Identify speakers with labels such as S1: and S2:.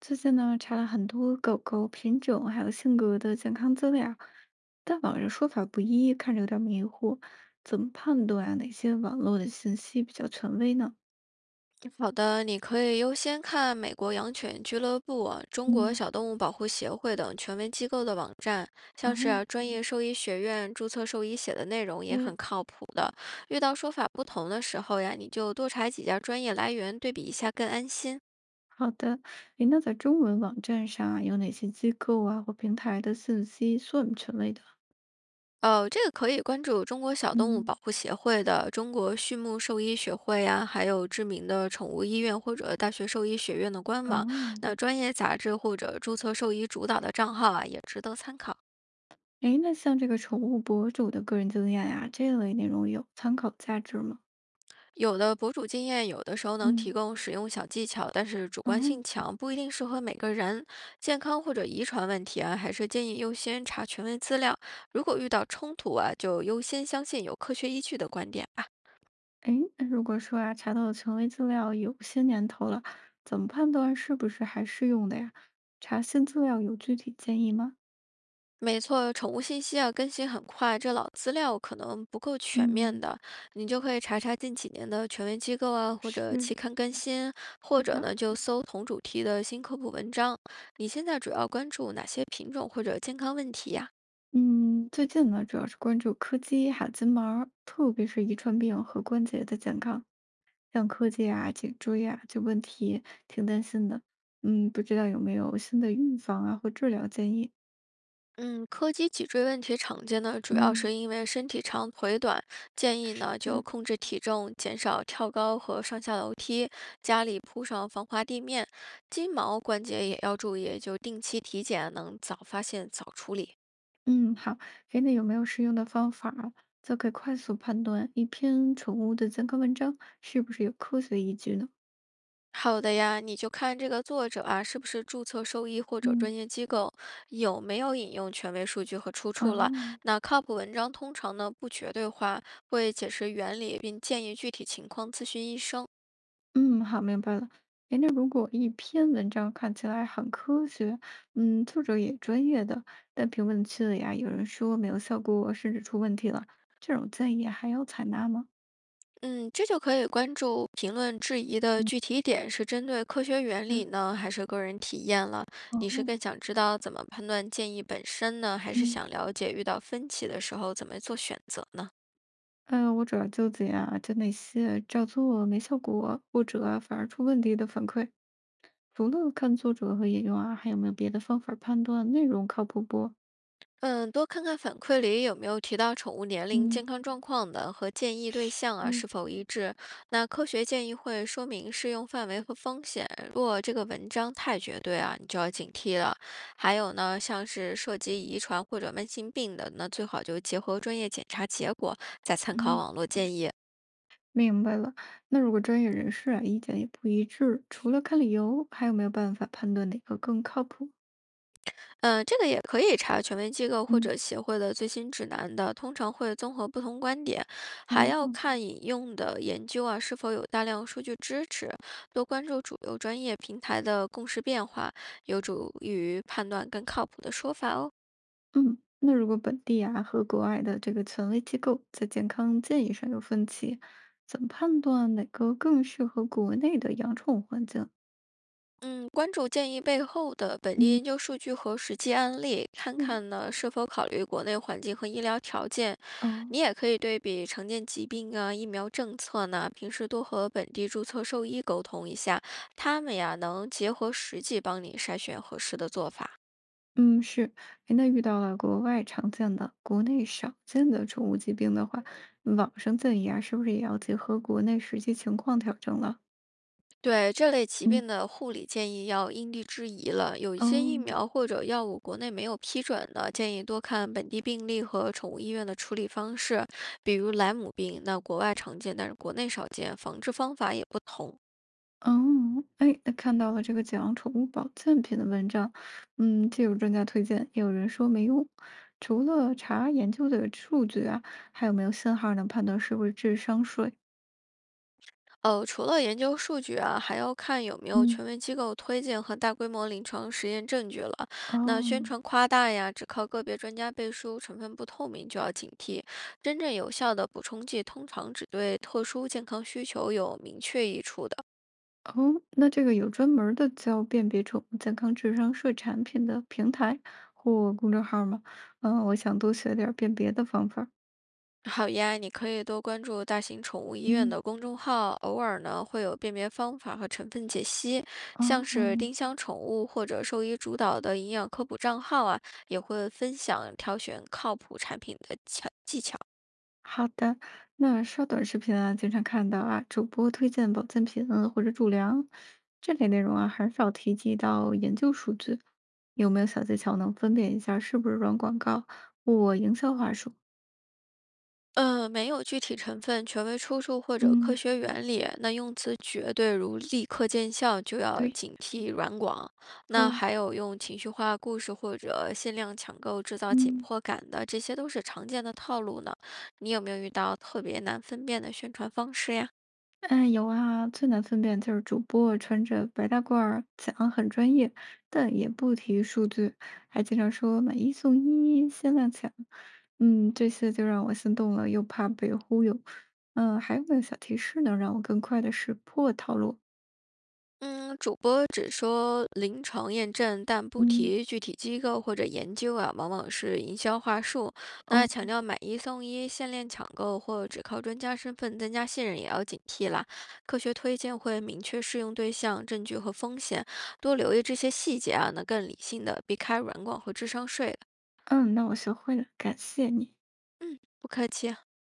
S1: 最近呢，查了很多狗狗品种还有性格的健康资料，但网上说法不一，看着有点迷糊。怎么判断啊？哪些网络的信息比较权威呢？
S2: 好的，你可以优先看美国养犬俱乐部啊中国
S1: 嗯，
S2: 小动物保护协会等权威机构的网站，像是
S1: 哦，
S2: 啊专业兽医学院注册兽医写的内容也
S1: 嗯，
S2: 很靠谱的。遇到说法不同的时候呀，你就多查几家专业来源对比一下，更安心。
S1: 好的。诶，那在中文网站上啊，有哪些机构啊或平台的信息算权威的？
S2: 哦，这个可以关注中国小动物保
S1: 嗯，
S2: 护协会的中国畜牧兽医学会呀，还有知名的宠物医院或者大学兽医学院的官网，
S1: 哦，
S2: 那专业杂志或者注册兽医主导的账号啊，也值得参考。
S1: 诶，那像这个宠物博主的个人经验呀、这类内容有参考价值吗？
S2: 有的博主经验有的时候能提
S1: 嗯，
S2: 供使用小技巧，但是主观
S1: 哦。
S2: 性强，不一定适合每个人。健康或者遗传问题啊，还是建议优先查权威资料。如果遇到冲突啊，就优先相信有科学依据的观点吧。
S1: 诶，那如果说啊，查到的权威资料有些年头了，怎么判断是不是还适用的呀？查新资料有具体建议吗？
S2: 没错，宠物信息啊更新很快，这老资料可能不够全面
S1: 嗯，
S2: 的，你就可以查查近几年的权威机构啊，或者
S1: 是
S2: 期刊更新，或
S1: 对
S2: 者
S1: 的，
S2: 呢就搜同主题的新科普文章。你现在主要关注哪些品种或者健康问题呀、
S1: 嗯，最近呢，主要是关注柯基、海金毛儿特别是遗传病和关节的健康，像柯基啊、颈椎啊这问题，挺担心的。嗯，不知道有没有新的预防啊或治疗建议？
S2: 嗯，柯基脊椎问题常见呢，主要
S1: 嗯，
S2: 是因为身体长腿短。建议呢就
S1: 是。
S2: 控制体重，减少跳高和上下楼梯，家里铺上防滑地面。金毛关节也要注意，就定期体检，能早发现早处理。
S1: 嗯，好，诶，那有没有适用的方法啊，就可以快速判断一篇宠物的健康文章是不是有科学依据呢？
S2: 还有的呀，你就看这个作者啊，是不是注册兽医或者专
S1: 嗯，
S2: 业机构，有没有引用权威数据和出处了。
S1: 哦，
S2: 那靠谱文章通常呢不绝对化，会解释原理，并建议具体情况咨询医生。
S1: 嗯，好，明白了。诶，那如果一篇文章看起来很科学，嗯，作者也专业的，但评论区里啊，有人说没有效果，甚至出问题了，这种建议还要采纳吗？
S2: 嗯，这就可以关注评论质疑的
S1: 嗯，
S2: 具体点是针对科学原理
S1: 是，
S2: 呢，还是个人体验了？你是
S1: 哦，
S2: 更想知道怎么判断建议本身呢，还是
S1: 嗯，
S2: 想了解遇到分歧的时候怎么做选择呢？
S1: 我主要纠结啊，就那些照做没效果，或者啊反而出问题的反馈，除了看作者和引用啊，还有没有别的方法判断内容靠谱不？
S2: 嗯，多看看反馈里有没有提到宠物年龄、
S1: 嗯
S2: 健康状况的和建议对象啊
S1: 嗯，
S2: 是否一致。那科学建议会说明适用范围和风险，如果这个文章太绝对啊，你就要警惕了。还有呢，像是涉及遗传或者慢性病的，那最好就结合专业检查结果，再参考
S1: 嗯，
S2: 网络建议。
S1: 明白了。那如果专业人士啊意见也不一致，除了看理由，还有没有办法判断哪个更靠谱？
S2: 嗯，这个也可以查权威机构或
S1: 嗯
S2: 者协会的最新指南的，通常会综合不同观点，还要
S1: 哦，
S2: 看引用的研究啊是否有大量数据支持，多关注主流专业平台的共识变化，有助于判断更靠谱的说法哦。
S1: 嗯，那如果本地啊和国外的这个权威机构在健康建议上有分歧，怎么判断哪个更适合国内的养宠环境？
S2: 嗯，关注建议背后的本地
S1: 嗯
S2: 研究数据和实际案例，看
S1: 是，
S2: 看呢是否考虑国内环境和医疗条件。
S1: 哦。
S2: 你也可以对比常见疾病啊、疫苗政策呢，平时多和本地注册兽医沟通一下，他们呀能结合实际帮你筛选合适的做法。
S1: 嗯，是，哎，那遇到了国外常见的、国内少见的宠物疾病的话，网上建议啊，是不是也要结合国内实际情况调整了？
S2: 对这类疾
S1: 嗯，
S2: 病的护理建议要因地制宜了，有一
S1: 哦，
S2: 些疫苗或者药物国内没有批准的，建议多看本地病例和宠物医院的处理方式，比如莱姆病，那国外常见，但是国内少见，防治方法也不同。
S1: 哦，哎，那看到了这个讲宠物保健品的文章，嗯，既有专家推荐，也有人说没用。除了查研究的数据啊，还有没有信号能判断是不是智商税？
S2: 哦，除了研究数据啊，还要看有没有
S1: 嗯，
S2: 权威机构推荐和大规模临床实验证据了。
S1: 哦。
S2: 那宣传夸大呀，只靠个别专家背书，成分不透明就要警惕。真正有效的补充剂通常只对特殊健康需求有明确益处的。
S1: 哦，那这个有专门儿的教辨别宠物健康智商税产品的平台或公众号吗？嗯，我想多学点儿辨别的方法
S2: 好呀，你可以多关注大型宠物医院
S1: 嗯，
S2: 的公众号，偶尔呢会有辨别方法和成分解析，
S1: 啊
S2: 像是
S1: 嗯，哦
S2: 丁香宠物或者兽医主导的营养科普账号啊，也会分享挑选靠谱产品的巧技巧。
S1: 好的。那刷短视频啊，经常看到啊，主播推荐保健品或者助粮这类内容啊，很少提及到研究数据。有没有小技巧能分辨一下是不是软广告或营销话术？
S2: 嗯，没有具体成分、权威出处或者科
S1: 嗯，
S2: 学原理，那用词绝对如立刻见效就要
S1: 对
S2: 警惕软广。那
S1: 哦，
S2: 还有用情绪化故事或者限量抢购制造紧
S1: 嗯。
S2: 迫感的，这些都是常见的套路呢。你有没有遇到特别难分辨的宣传方式呀？
S1: 嗯，有啊，最难分辨就是主播穿着白大褂儿，讲很专业，但也不提数据，还经常说买一送一，限量抢。嗯，这些就让我心动了，又怕被忽悠。嗯，还有没有小提示能让我更快的识破套路？
S2: 嗯，主播只说临床验证，但不
S1: 嗯，
S2: 提具体机构或者研究啊，往往是营销话术。那强
S1: 哦，
S2: 调买一送一、限量抢购或只靠专家身份增加信任，也要警惕啦。科学推荐会明确适用对象、证据和风险，多留意这些细节啊，能更理性的避开软广和智商税的。
S1: 嗯，那我学会了，感谢你。
S2: 嗯，不客气啊。